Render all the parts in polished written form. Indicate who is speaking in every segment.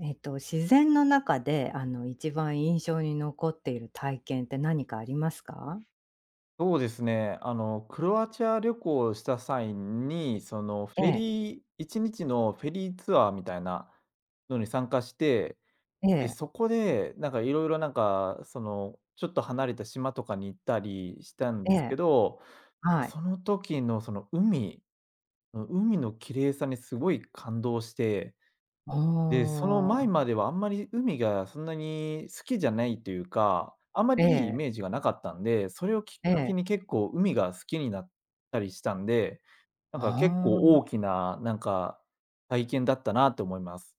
Speaker 1: 自然の中で、一番印象に残っている体験って何かありますか？
Speaker 2: そうですね。クロアチア旅行をした際に、フ
Speaker 1: え
Speaker 2: ェ
Speaker 1: え、
Speaker 2: リー1日のフェリーツアーみたいなのに参加して、
Speaker 1: え
Speaker 2: で、
Speaker 1: え、
Speaker 2: そこで、いろいろちょっと離れた島とかに行ったりしたんで
Speaker 1: え
Speaker 2: すけ
Speaker 1: え、
Speaker 2: ど、
Speaker 1: はい。
Speaker 2: その時の、海の綺麗さにすごい感動して、
Speaker 1: お
Speaker 2: で、その前
Speaker 1: あ、
Speaker 2: まではあんまり海がそんなに好きじゃないというか、あんま
Speaker 1: え
Speaker 2: りいいイ
Speaker 1: え、
Speaker 2: メージがなかったんで、それをきっ
Speaker 1: え
Speaker 2: かけ
Speaker 1: え、
Speaker 2: に結構海が好きになったりしたんで、なんか結
Speaker 1: あ
Speaker 2: 構大
Speaker 1: あ、
Speaker 2: きな、なんか体験だったなと思います。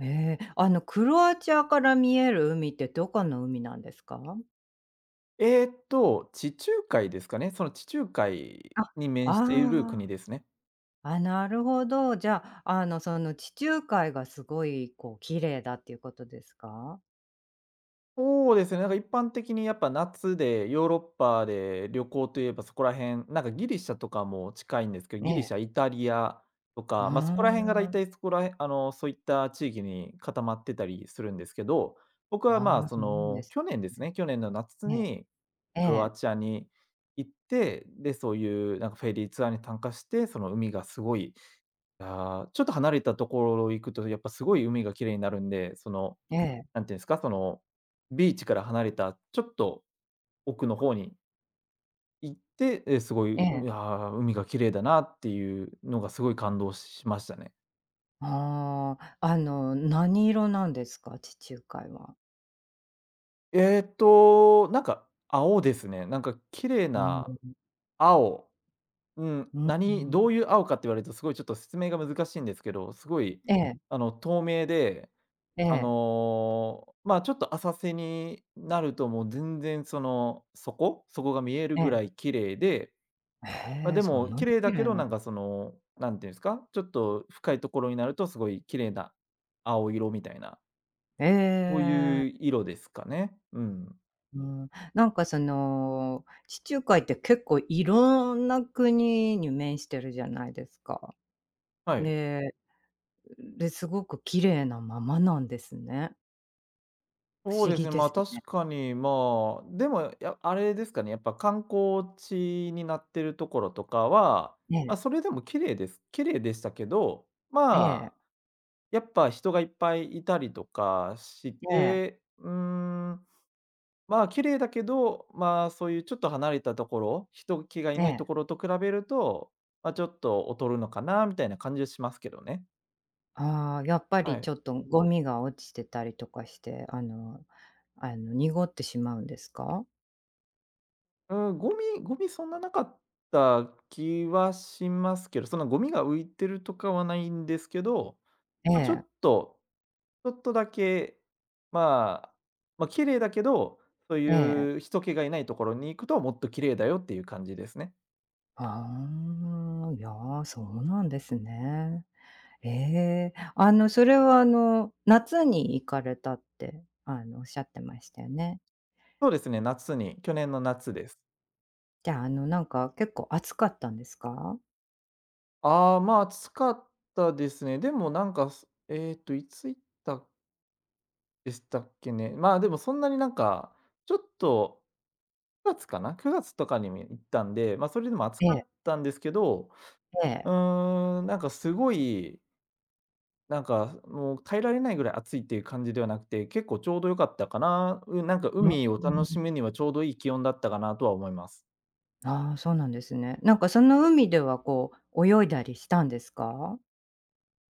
Speaker 1: ええ、クロアチアから見える海ってどこの海なんですか？
Speaker 2: 地中海ですかね。その地中海
Speaker 1: あ、
Speaker 2: に面している国
Speaker 1: ああ、
Speaker 2: ですね。
Speaker 1: あ、なるほど。じゃあ、地中海がすごい、綺麗だっていうことですか？
Speaker 2: そうですね、なんか一般的にやっぱ夏でヨーロッパで旅行といえばそこら辺、なんかギリシャとかも近いんですけど、
Speaker 1: え
Speaker 2: ギリシ
Speaker 1: え、
Speaker 2: ャ、イタリアと
Speaker 1: うー
Speaker 2: か、まあ、そこら辺が大
Speaker 1: ん、
Speaker 2: 体そこら辺そういった地域に固まってたりするんですけど、僕はまあ、
Speaker 1: ああ、そうなんです
Speaker 2: 去年です
Speaker 1: ね。
Speaker 2: ね、去年の夏
Speaker 1: え
Speaker 2: に
Speaker 1: え、え
Speaker 2: クロア
Speaker 1: え、
Speaker 2: チアに行って、で、そういうなんかフェリーツアーに参加して、その海がすごい、ああ、ちょっと離れたところ行くとやっぱすごい海が綺麗になるんで、その
Speaker 1: ええ。
Speaker 2: なんていうんですか、ビーチから離れたちょっと奥の方に行って、すご
Speaker 1: え
Speaker 2: い、うい
Speaker 1: え。
Speaker 2: や、海が綺麗だなっていうのがすごい感動しましたね。
Speaker 1: ああ、何色なんですか？地中海は。
Speaker 2: なんか青ですね。なんか綺麗
Speaker 1: う
Speaker 2: な
Speaker 1: ん、
Speaker 2: 青、うん、
Speaker 1: うん、うん。
Speaker 2: どういう青かって言われるとすごいちょっと説明が難しいんですけど、すごい、
Speaker 1: ええ、
Speaker 2: 透明で、
Speaker 1: ええ、
Speaker 2: ちょっと浅瀬になるともう全然その底が見える
Speaker 1: え
Speaker 2: ぐ
Speaker 1: え。
Speaker 2: らい綺麗で、まあ、
Speaker 1: へえ、
Speaker 2: で
Speaker 1: そん
Speaker 2: も、
Speaker 1: な
Speaker 2: 綺
Speaker 1: に
Speaker 2: 麗だ
Speaker 1: 綺
Speaker 2: け
Speaker 1: 麗
Speaker 2: ど、な
Speaker 1: な。
Speaker 2: んかその、なんていうんですか、ちょっと深いところになるとすごい綺麗な青色みたいな、そう
Speaker 1: え
Speaker 2: い
Speaker 1: え。
Speaker 2: う色ですかね。うん。
Speaker 1: うん、地中海って結構いろんな国に面してるじゃないですか。
Speaker 2: はい。
Speaker 1: でで、すごく綺麗なままなんですね。不
Speaker 2: そう
Speaker 1: 思
Speaker 2: です
Speaker 1: 議
Speaker 2: ね、
Speaker 1: です
Speaker 2: 確
Speaker 1: ね。
Speaker 2: かに、まあ、でも、あれですかね、やっぱ観光地になってるところとかは、
Speaker 1: ええ、
Speaker 2: それでも綺麗でしたけど、
Speaker 1: え
Speaker 2: まあ、
Speaker 1: え、
Speaker 2: やっぱ人がいっぱいいたりとかし
Speaker 1: ええ、
Speaker 2: て、うーん、まあ、綺麗だけど、まあ、そういうちょっと離れたところ、人気がい
Speaker 1: え
Speaker 2: ない
Speaker 1: え。
Speaker 2: ところと比べると、まあ、ちょっと劣るのかなみたいな感じはしますけどね。
Speaker 1: ああ、やっぱ
Speaker 2: は
Speaker 1: り
Speaker 2: い。
Speaker 1: ちょっとゴミが落ちてたりとかして、濁ってしまうんですか？
Speaker 2: うん、ゴミそんななかった気はしますけど、そのゴミが浮いてるとかはないんですけど、
Speaker 1: え
Speaker 2: まあ、ちょっ
Speaker 1: え、
Speaker 2: と、ちょっとだけ、まあ、まあ、綺麗だけど、そう
Speaker 1: ええ。
Speaker 2: いう人気がいないところに行くともっと綺麗だよっていう感じですね。
Speaker 1: ああ、いや、そうなんですね。ええ、それは夏に行かれたって、おっしゃってましたよね。
Speaker 2: そうですね、夏に、去年の夏です。
Speaker 1: じゃあ、結構暑かったんですか？
Speaker 2: ああ、まあ、暑かったですね。でもなんか、いつ行ったでしたっけね。まあ、でもそんなになんか、ちょっと9月かな、9月とかに行ったんで、それでも暑
Speaker 1: え
Speaker 2: か
Speaker 1: え、
Speaker 2: ったんですけど、
Speaker 1: え
Speaker 2: う
Speaker 1: え。
Speaker 2: ーん、なんかすごい、なんかもう耐えられないぐらい暑いっていう感じではなくて、結構ちょうど良かったかな。うん、なんか
Speaker 1: うん、
Speaker 2: 海を楽しむにはちょうどいい気温だったかなとは思います。
Speaker 1: ああ、そうなんですね。その海では泳いだりしたんですか？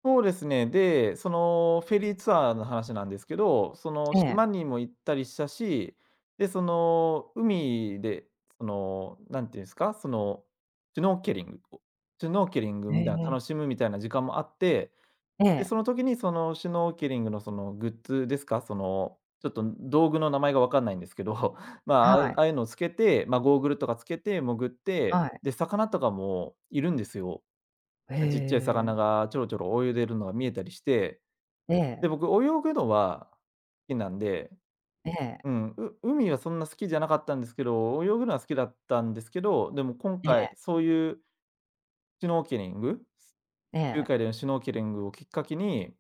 Speaker 2: そうですね。で、そのフェリーツアーの話なんですけど、その
Speaker 1: え
Speaker 2: 島
Speaker 1: え、
Speaker 2: にも行ったりしたし、で、その海で、その、なんていうんですか、シュノーケリングシュノーケリング
Speaker 1: え
Speaker 2: みたいな、
Speaker 1: え、
Speaker 2: 楽しむみたいな時間もあって、
Speaker 1: え
Speaker 2: で、
Speaker 1: え。
Speaker 2: その時にそのシュノーケリングのそのグッズですか、その、ちょっと道具の名前が分かんないんですけど、まあ、
Speaker 1: は
Speaker 2: あ
Speaker 1: い、
Speaker 2: あいうのをつけて、まあ、ゴーグルとかつけて潜って、
Speaker 1: はい。
Speaker 2: で、魚とかもいるんですよ。
Speaker 1: へ
Speaker 2: ちっちゃい魚
Speaker 1: え。
Speaker 2: がちょろちょろ泳いでるのが見えたりして、
Speaker 1: え
Speaker 2: で、
Speaker 1: え、
Speaker 2: 僕泳ぐのは好きなんで、
Speaker 1: ええ、
Speaker 2: うん、海はそんな好きじゃなかったんですけど、泳ぐのは好きだったんですけど、でも今
Speaker 1: え
Speaker 2: 回
Speaker 1: え、
Speaker 2: そういうシュノーケリング、
Speaker 1: え
Speaker 2: 地中海で
Speaker 1: え。
Speaker 2: のシュノーケリングをきっかけに、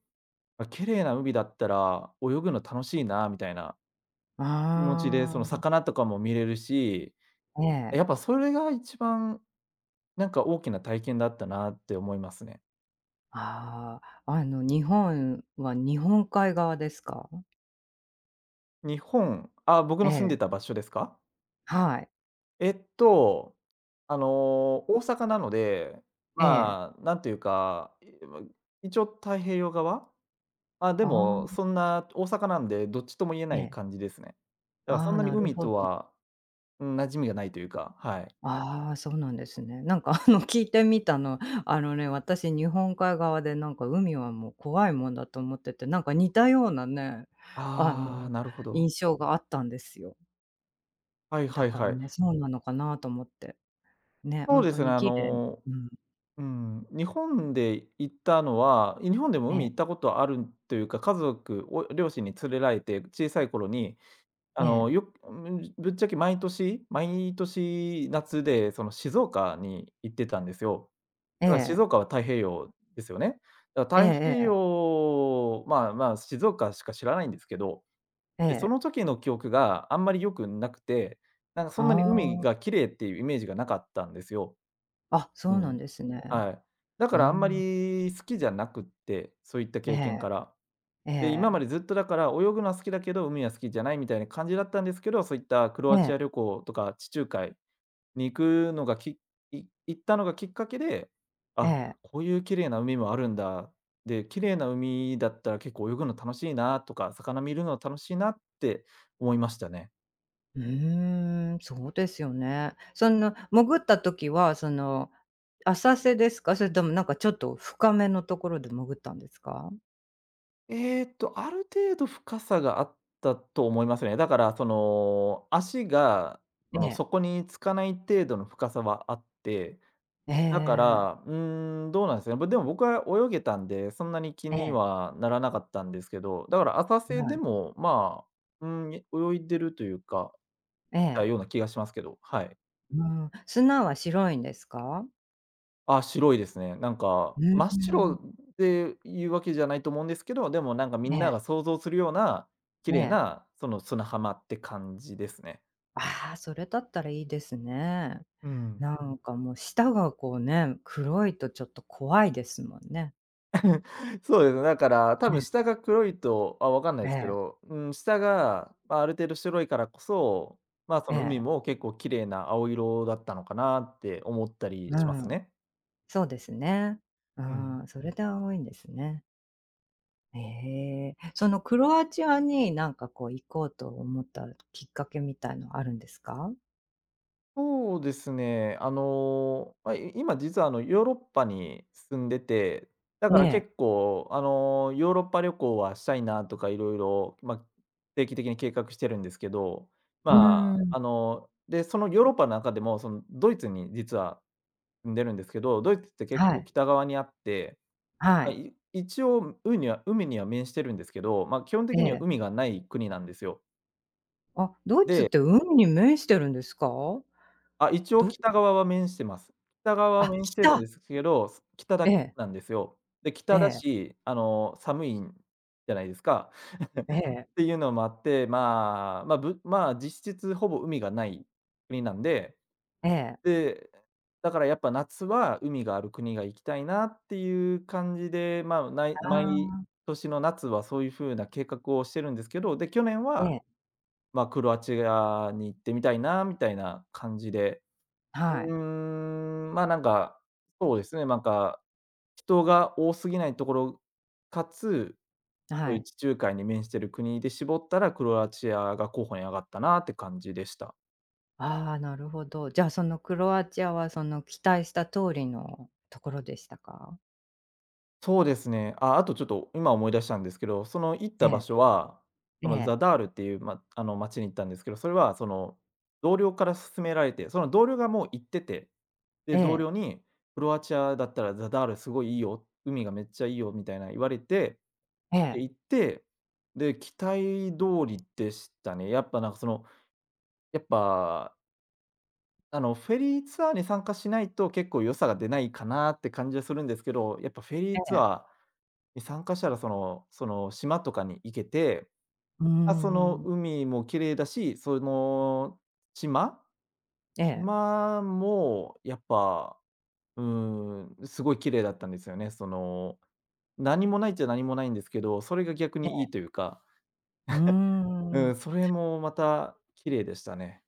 Speaker 2: あ、綺麗な海だったら泳ぐの楽しいなみたいな気持ちで、その
Speaker 1: あ
Speaker 2: 魚とかも見れるし、
Speaker 1: あ、え
Speaker 2: やっ
Speaker 1: え。
Speaker 2: ぱそれが一番なんか大きな体験だったなって思いますね。
Speaker 1: ああ、日本は日本海側ですか？
Speaker 2: あ、僕
Speaker 1: え
Speaker 2: の住ん
Speaker 1: え、
Speaker 2: でた場所ですか？
Speaker 1: はい。
Speaker 2: えっと、あの、大阪なので、
Speaker 1: ええ。
Speaker 2: まあ、なんていうか、一応太平洋側、まあ、で
Speaker 1: ああ、
Speaker 2: もそんな、大阪なんで、どっちとも言え
Speaker 1: え
Speaker 2: ない
Speaker 1: え。
Speaker 2: 感じですね。だからそ
Speaker 1: あ
Speaker 2: ん
Speaker 1: あ、
Speaker 2: なに
Speaker 1: なる
Speaker 2: 海
Speaker 1: ほ
Speaker 2: と
Speaker 1: ど。
Speaker 2: は、うん、馴染みがないというか、はい。
Speaker 1: ああ、そうなんですね。聞いてみたの、あのね、私日本海側で海はもう怖いもんだと思ってて、似たようなね、あ
Speaker 2: ああ、
Speaker 1: の、
Speaker 2: なるほど。
Speaker 1: 印象があったんですよ。
Speaker 2: はい
Speaker 1: だ
Speaker 2: はい
Speaker 1: から
Speaker 2: はい。
Speaker 1: ね、そうなのかなと思って。ね、ほ
Speaker 2: そう
Speaker 1: ん
Speaker 2: で
Speaker 1: と
Speaker 2: すね、
Speaker 1: に綺麗。うん。
Speaker 2: うん、日本で行ったのは、日本でも
Speaker 1: え
Speaker 2: 海
Speaker 1: え、
Speaker 2: 行ったことあるというか、家族を両親に連れられて、小さい頃に
Speaker 1: ええ、
Speaker 2: よく、うん、ぶっちゃけ毎年夏で、その静岡に行ってたんですよ。
Speaker 1: え
Speaker 2: だから静
Speaker 1: え、
Speaker 2: 岡は太平洋ですよね。だか
Speaker 1: え
Speaker 2: ら太平
Speaker 1: ええ
Speaker 2: 洋まあまあ、静岡しか知らないんですけど、
Speaker 1: え
Speaker 2: で、そ
Speaker 1: ええ。
Speaker 2: の時の記憶があんまり良くなくて、なんかそんなに海
Speaker 1: あ
Speaker 2: が綺麗っていうイメージがなかったんですよ。
Speaker 1: あ、あ、そ
Speaker 2: う
Speaker 1: うな
Speaker 2: ん、
Speaker 1: んですね。
Speaker 2: はい。だか
Speaker 1: うー
Speaker 2: らあんま
Speaker 1: ん。
Speaker 2: り好きじゃなくって、そういった
Speaker 1: え
Speaker 2: 経験か
Speaker 1: え、
Speaker 2: ら。
Speaker 1: え
Speaker 2: で、今ま
Speaker 1: え、
Speaker 2: でずっとだから泳ぐのは好きだけど、海は好きじゃないみたいな感じだったんですけど、そういったクロ
Speaker 1: え
Speaker 2: アチ
Speaker 1: え、
Speaker 2: ア旅行とか地中海に行くのが行ったのがきっかけで、
Speaker 1: え
Speaker 2: あ、
Speaker 1: え。
Speaker 2: こういう綺麗な海もあるんだ。で、綺麗な海だったら結構泳ぐの楽しいなとか、魚見るの楽しいなって思いましたね。
Speaker 1: うーん、そうですよね。その潜った時は、浅瀬ですか？それともちょっと深めのところで潜ったんですか？
Speaker 2: ある程度深さがあったと思いますね。だからその、足がそ
Speaker 1: え
Speaker 2: の
Speaker 1: え、
Speaker 2: 底につかない程度の深さはあって、
Speaker 1: え
Speaker 2: だか
Speaker 1: え、
Speaker 2: ら、うーん、どうなんですかね。でも僕は泳げたんで、そんなに気
Speaker 1: え
Speaker 2: に
Speaker 1: え、
Speaker 2: はならなかったんですけど、だから浅瀬
Speaker 1: は
Speaker 2: で
Speaker 1: い。
Speaker 2: も、まあ、うん、泳いでるというか、
Speaker 1: え
Speaker 2: た
Speaker 1: え、
Speaker 2: ような気がしますけど、はい。
Speaker 1: うーん、砂は白いんですか？
Speaker 2: あ、白いですね。なんか、
Speaker 1: うー
Speaker 2: 真っ白
Speaker 1: ん、
Speaker 2: っていうわけじゃないと思うんですけど、でもなんかみ
Speaker 1: え
Speaker 2: んな
Speaker 1: え、
Speaker 2: が想像するような、綺
Speaker 1: え
Speaker 2: 麗
Speaker 1: え。
Speaker 2: な、その砂浜って感じですね。
Speaker 1: ああ、それだったらいいですね。
Speaker 2: うん。
Speaker 1: もう舌がこうね、黒いとちょっと怖いですもんね。
Speaker 2: そうですね、だから、多分
Speaker 1: ね、
Speaker 2: 下が黒いと、あ、わかんない
Speaker 1: え
Speaker 2: ですけ
Speaker 1: え、
Speaker 2: ど、うん、下が、まあ、ある程度白いからこそ、まあ、そ
Speaker 1: え
Speaker 2: の海
Speaker 1: え、
Speaker 2: も結構綺麗な青色だったのかなって思ったり
Speaker 1: う
Speaker 2: します
Speaker 1: ん、
Speaker 2: ね。
Speaker 1: そうですね。う
Speaker 2: うん。
Speaker 1: ん、それで多いんですね。ええ、そのクロアチアに行こうと思ったきっかけみたいのあるんですか？
Speaker 2: そうですね、まあ、今実はあのヨーロッパに住んでて、だ
Speaker 1: え
Speaker 2: から
Speaker 1: え、
Speaker 2: 結構あの、ヨーロッパ旅行はしたいなとかいろいろまあ、定期的に計画してるんですけど、
Speaker 1: うー
Speaker 2: ま
Speaker 1: ん、
Speaker 2: あ、あの、で、そのヨーロッパの中でもそのドイツに実は出るんですけど、ドイツって結
Speaker 1: は
Speaker 2: 構
Speaker 1: い、
Speaker 2: 北側にあって、
Speaker 1: は
Speaker 2: まあ、
Speaker 1: い、
Speaker 2: 一応、海には面してるんですけど、まあ、基本的
Speaker 1: え
Speaker 2: には
Speaker 1: え。
Speaker 2: 海がない国なんですよ。
Speaker 1: あ、ドイツって海に面してるんですか？
Speaker 2: あ、一応
Speaker 1: ど
Speaker 2: 北側は面してます。北側は
Speaker 1: あ、
Speaker 2: 面してるん
Speaker 1: 北。
Speaker 2: ですけど、北だけなんですよ。で、
Speaker 1: え
Speaker 2: 北だ
Speaker 1: え、
Speaker 2: し、寒いんじゃないですか。
Speaker 1: え え、
Speaker 2: っていうのもあって、まあ、実質ほぼ海がない国なんで。
Speaker 1: ええ、ええ。
Speaker 2: で、だからやっぱ夏は海がある国が行きたいなっていう感じで、まあ、ない毎
Speaker 1: あ
Speaker 2: 年の夏はそういう風な計画をしてるんですけど、で、去年
Speaker 1: あ、え
Speaker 2: は、
Speaker 1: え、
Speaker 2: まあ、クロアチアに行ってみたいなみたいな感じで、
Speaker 1: は
Speaker 2: うー
Speaker 1: い、
Speaker 2: まあ、そうですね、なんか、人が多すぎないところ、かつ、そ
Speaker 1: は
Speaker 2: ういう
Speaker 1: い。
Speaker 2: 地中海に面してる国で絞ったら、クロアチアが候補に上がったなって感じでした。
Speaker 1: ああ、なるほど。じゃあ、そのクロアチアはその期待した通りのところでしたか？
Speaker 2: そうですね。あ、あとちょっと今思い出したんですけど、その行っ
Speaker 1: え
Speaker 2: た場
Speaker 1: え、
Speaker 2: 所は、
Speaker 1: え
Speaker 2: その
Speaker 1: え、
Speaker 2: ザダールっていう、ま、あの町に行ったんですけど、それはその同僚から勧められて、その同僚がもう行ってて、で、
Speaker 1: え
Speaker 2: 同
Speaker 1: え、
Speaker 2: 僚に「クロアチアだったらザダールすごいいいよ、海がめっちゃいいよ」みたいな言われて、
Speaker 1: え
Speaker 2: で、
Speaker 1: え、
Speaker 2: 行って、で、期待通りでしたね。やっぱなんかその、やっぱ、あのフェリーツアーに参加しないと結構良さが出ないかなって感じはするんですけど、やっぱフェリー
Speaker 1: え
Speaker 2: ツア
Speaker 1: え、
Speaker 2: ーに参加したら、その島とかに行けて、
Speaker 1: うー
Speaker 2: あ、その
Speaker 1: ん、
Speaker 2: 海も綺麗だし、その島
Speaker 1: ええ、
Speaker 2: 島もやっぱ、うーん、すごい綺麗だったんですよね。その、何もないっちゃ何もないんですけど、それが逆
Speaker 1: え
Speaker 2: にい
Speaker 1: え、
Speaker 2: いというか、
Speaker 1: うー
Speaker 2: うん、
Speaker 1: ん。
Speaker 2: それもまた綺麗でしたね。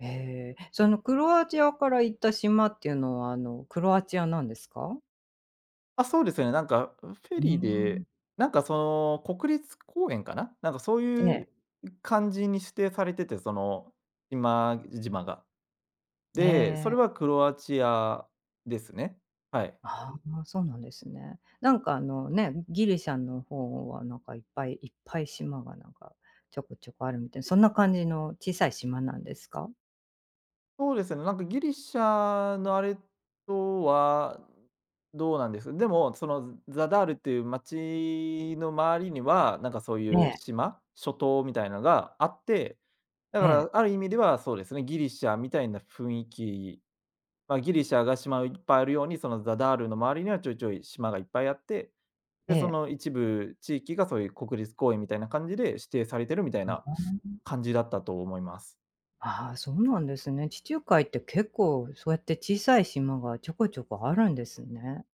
Speaker 1: へえ、そのクロアチアから行った島っていうのは、クロアチアなんですか？
Speaker 2: あ、そうですよね、なんかフェ
Speaker 1: うー
Speaker 2: リーで、
Speaker 1: ん、
Speaker 2: なんかその国立公園かな、なんかそう
Speaker 1: え
Speaker 2: いう
Speaker 1: え、
Speaker 2: 感じに指定されてて、その島々が。
Speaker 1: え
Speaker 2: で、それは
Speaker 1: え。
Speaker 2: クロアチアですね。はい。
Speaker 1: ああ、そうなんですね。あのね、ギリシャの方はいっぱいいっぱい島がちょこちょこあるみたいな、そんな感じの小さい島なんですか？
Speaker 2: そうですね、なんかギリシャのあれとはどうなんです。でも、そのザダールっていう街の周りには、なんかそう
Speaker 1: え
Speaker 2: いう
Speaker 1: え、
Speaker 2: 島、諸島みたいなのがあって、だか
Speaker 1: ええ、
Speaker 2: らある意味ではそうですね、ギリシャみたいな雰囲気、まあ、ギリシャが島いっぱいあるように、そのザダールの周りにはちょいちょい島がいっぱいあって、で、
Speaker 1: え
Speaker 2: そ
Speaker 1: え。
Speaker 2: の一部地域がそういう国立公園みたいな感じで指定されてるみたいな感じだったと思います。
Speaker 1: ああ、そうなんですね。地中海って結構そうやって小さい島がちょこちょこあるんですね。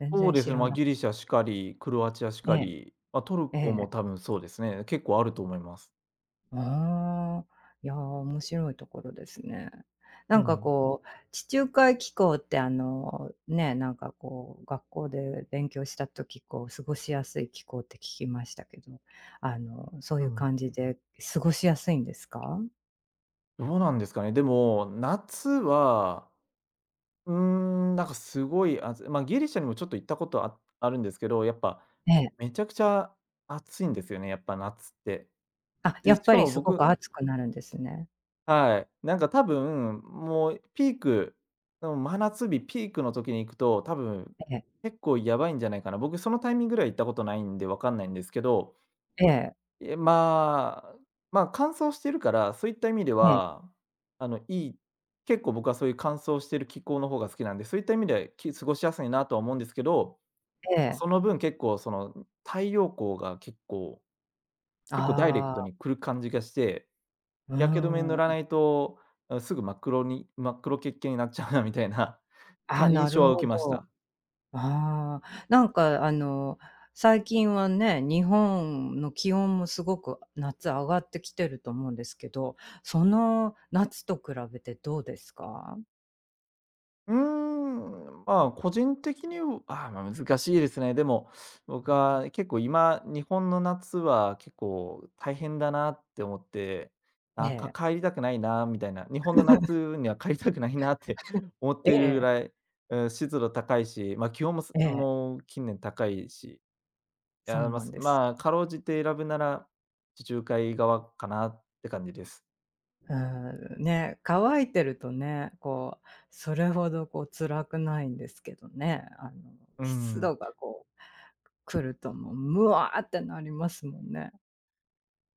Speaker 1: 全
Speaker 2: そう
Speaker 1: 然
Speaker 2: です
Speaker 1: 知
Speaker 2: ね、
Speaker 1: ら
Speaker 2: まあ、
Speaker 1: なか
Speaker 2: ギ
Speaker 1: っ
Speaker 2: リシ
Speaker 1: た。
Speaker 2: ャしかり、クロアチアし
Speaker 1: え
Speaker 2: かり、まあ、トル
Speaker 1: え、え
Speaker 2: コも多
Speaker 1: え。
Speaker 2: 分そうですね、結構あると思います。
Speaker 1: ああ、いやー、面白いところですね。
Speaker 2: うん、
Speaker 1: 地中海気候って学校で勉強した時、過ごしやすい気候って聞きましたけど、そう
Speaker 2: う
Speaker 1: いう
Speaker 2: ん。
Speaker 1: 感じで過ごしやすいんですか？
Speaker 2: どうなんですかね。でも、夏は、うーなんかすごい、まあ、ギリシャにもちょっと行ったことあるんですけど、やっぱ
Speaker 1: ええ。
Speaker 2: めちゃくちゃ暑いんですよね、やっぱ夏って。
Speaker 1: あ、や
Speaker 2: で、
Speaker 1: っ
Speaker 2: し
Speaker 1: ぱ
Speaker 2: か
Speaker 1: り
Speaker 2: も
Speaker 1: すごく暑くなるんですね。
Speaker 2: はい。なんか多分、もうピーク、うん、真夏日ピークの時に行くと、多分、
Speaker 1: ええ、
Speaker 2: 結構やばいんじゃないかな。僕そのタイミングぐらい行ったことないんでわかんないんですけど、
Speaker 1: ええ、
Speaker 2: え、まあ、まあ、乾燥してるから、そういった意味で
Speaker 1: ええ、
Speaker 2: は、あの、結構僕はそういう乾燥してる気候の方が好きなんで、そういった意味では、過ごしやすいなとは思うんですけど、
Speaker 1: ええ。
Speaker 2: その分結構その、太陽光が結構ダイレクト
Speaker 1: ああ、
Speaker 2: に来る感じがして、
Speaker 1: うー
Speaker 2: 日焼け止め塗らな
Speaker 1: ん。
Speaker 2: いと、うん、すぐ真っ黒系になっちゃうなみたいな
Speaker 1: あ、
Speaker 2: 印
Speaker 1: な
Speaker 2: 象
Speaker 1: る
Speaker 2: は受
Speaker 1: ほ
Speaker 2: けまし
Speaker 1: ど。
Speaker 2: た。
Speaker 1: ああ、最近はね、日本の気温もすごく夏上がってきてると思うんですけど、その夏と比べてどうですか？
Speaker 2: まあ、個人的には、あ、まあ、難しいですね。でも、
Speaker 1: う
Speaker 2: 僕
Speaker 1: ん。
Speaker 2: は結構今、日本の夏は結構大変だなって思って、
Speaker 1: ええ。
Speaker 2: 帰りたくないなみたいな、日本の 夏には帰りたくないなって 思っ
Speaker 1: え
Speaker 2: てるぐ
Speaker 1: え、
Speaker 2: らい、うん、湿度高いし、まあ、気温もす
Speaker 1: ええ、
Speaker 2: もう近年高いし、い
Speaker 1: そ
Speaker 2: や、
Speaker 1: う
Speaker 2: まあ
Speaker 1: なんです。
Speaker 2: かろうじて選ぶなら、地中海側かなって感じです。
Speaker 1: うん、ね、乾いてるとね、それほど辛くないんですけどね、
Speaker 2: う
Speaker 1: 湿
Speaker 2: ん。
Speaker 1: 度が来るともう、むわーってなりますもんね。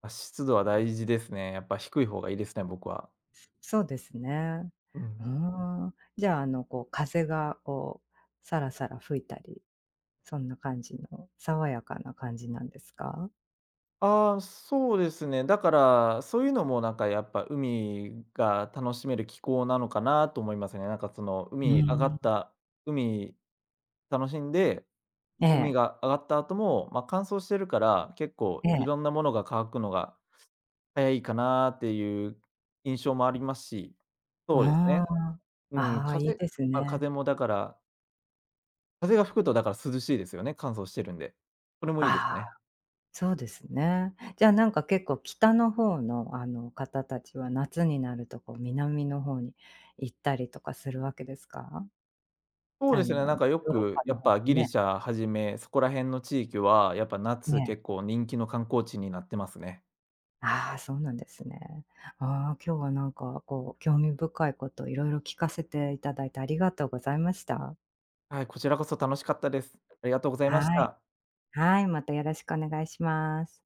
Speaker 2: あ、湿度は大事ですね。やっぱ低い方がいいですね、僕は。
Speaker 1: そうですね。
Speaker 2: う
Speaker 1: う
Speaker 2: ん。
Speaker 1: ーん。じゃあ、風が、さらさら吹いたり、そんな感じの爽やかな感じなんですか？
Speaker 2: ああ、そうですね。だから、そういうのもなんかやっぱ海が楽しめる気候なのかなと思いますね。なんかその
Speaker 1: うー
Speaker 2: 海上がっ
Speaker 1: ん。
Speaker 2: た海楽しんで、
Speaker 1: え
Speaker 2: 海
Speaker 1: え、
Speaker 2: が上がった後も、まあ、乾燥してるから、結構
Speaker 1: え
Speaker 2: い
Speaker 1: え。
Speaker 2: ろんなものが乾くのが早いかなっていう印象もありますし、
Speaker 1: うー
Speaker 2: そ
Speaker 1: ん。
Speaker 2: うですね。うん、
Speaker 1: ああ、いい
Speaker 2: 風
Speaker 1: です
Speaker 2: まあ、
Speaker 1: ね。
Speaker 2: 風もだから、風が吹くとだから涼しいですよね、乾燥してるんで。それも
Speaker 1: あ
Speaker 2: いいですね。
Speaker 1: あ、そうですね。じゃあ、結構北の方の、方たちは夏になると、南の方に行ったりとかするわけですか？
Speaker 2: そうですね、なんかよ
Speaker 1: ヨーロッ
Speaker 2: く
Speaker 1: パ
Speaker 2: や
Speaker 1: の
Speaker 2: っ
Speaker 1: 方
Speaker 2: ぱギリ
Speaker 1: ね。
Speaker 2: シャはじめ、そこら辺の地域は、やっぱ夏
Speaker 1: ね。
Speaker 2: 結構人気の観光地になってますね。
Speaker 1: ああ、そうなんですね。ああ、今日は興味深いこといろいろ聞かせていただいてありがとうございました。
Speaker 2: はい、こちらこそ楽しかったです。ありがとうございまし
Speaker 1: はい。
Speaker 2: た。
Speaker 1: はい、またよろしくお願いします。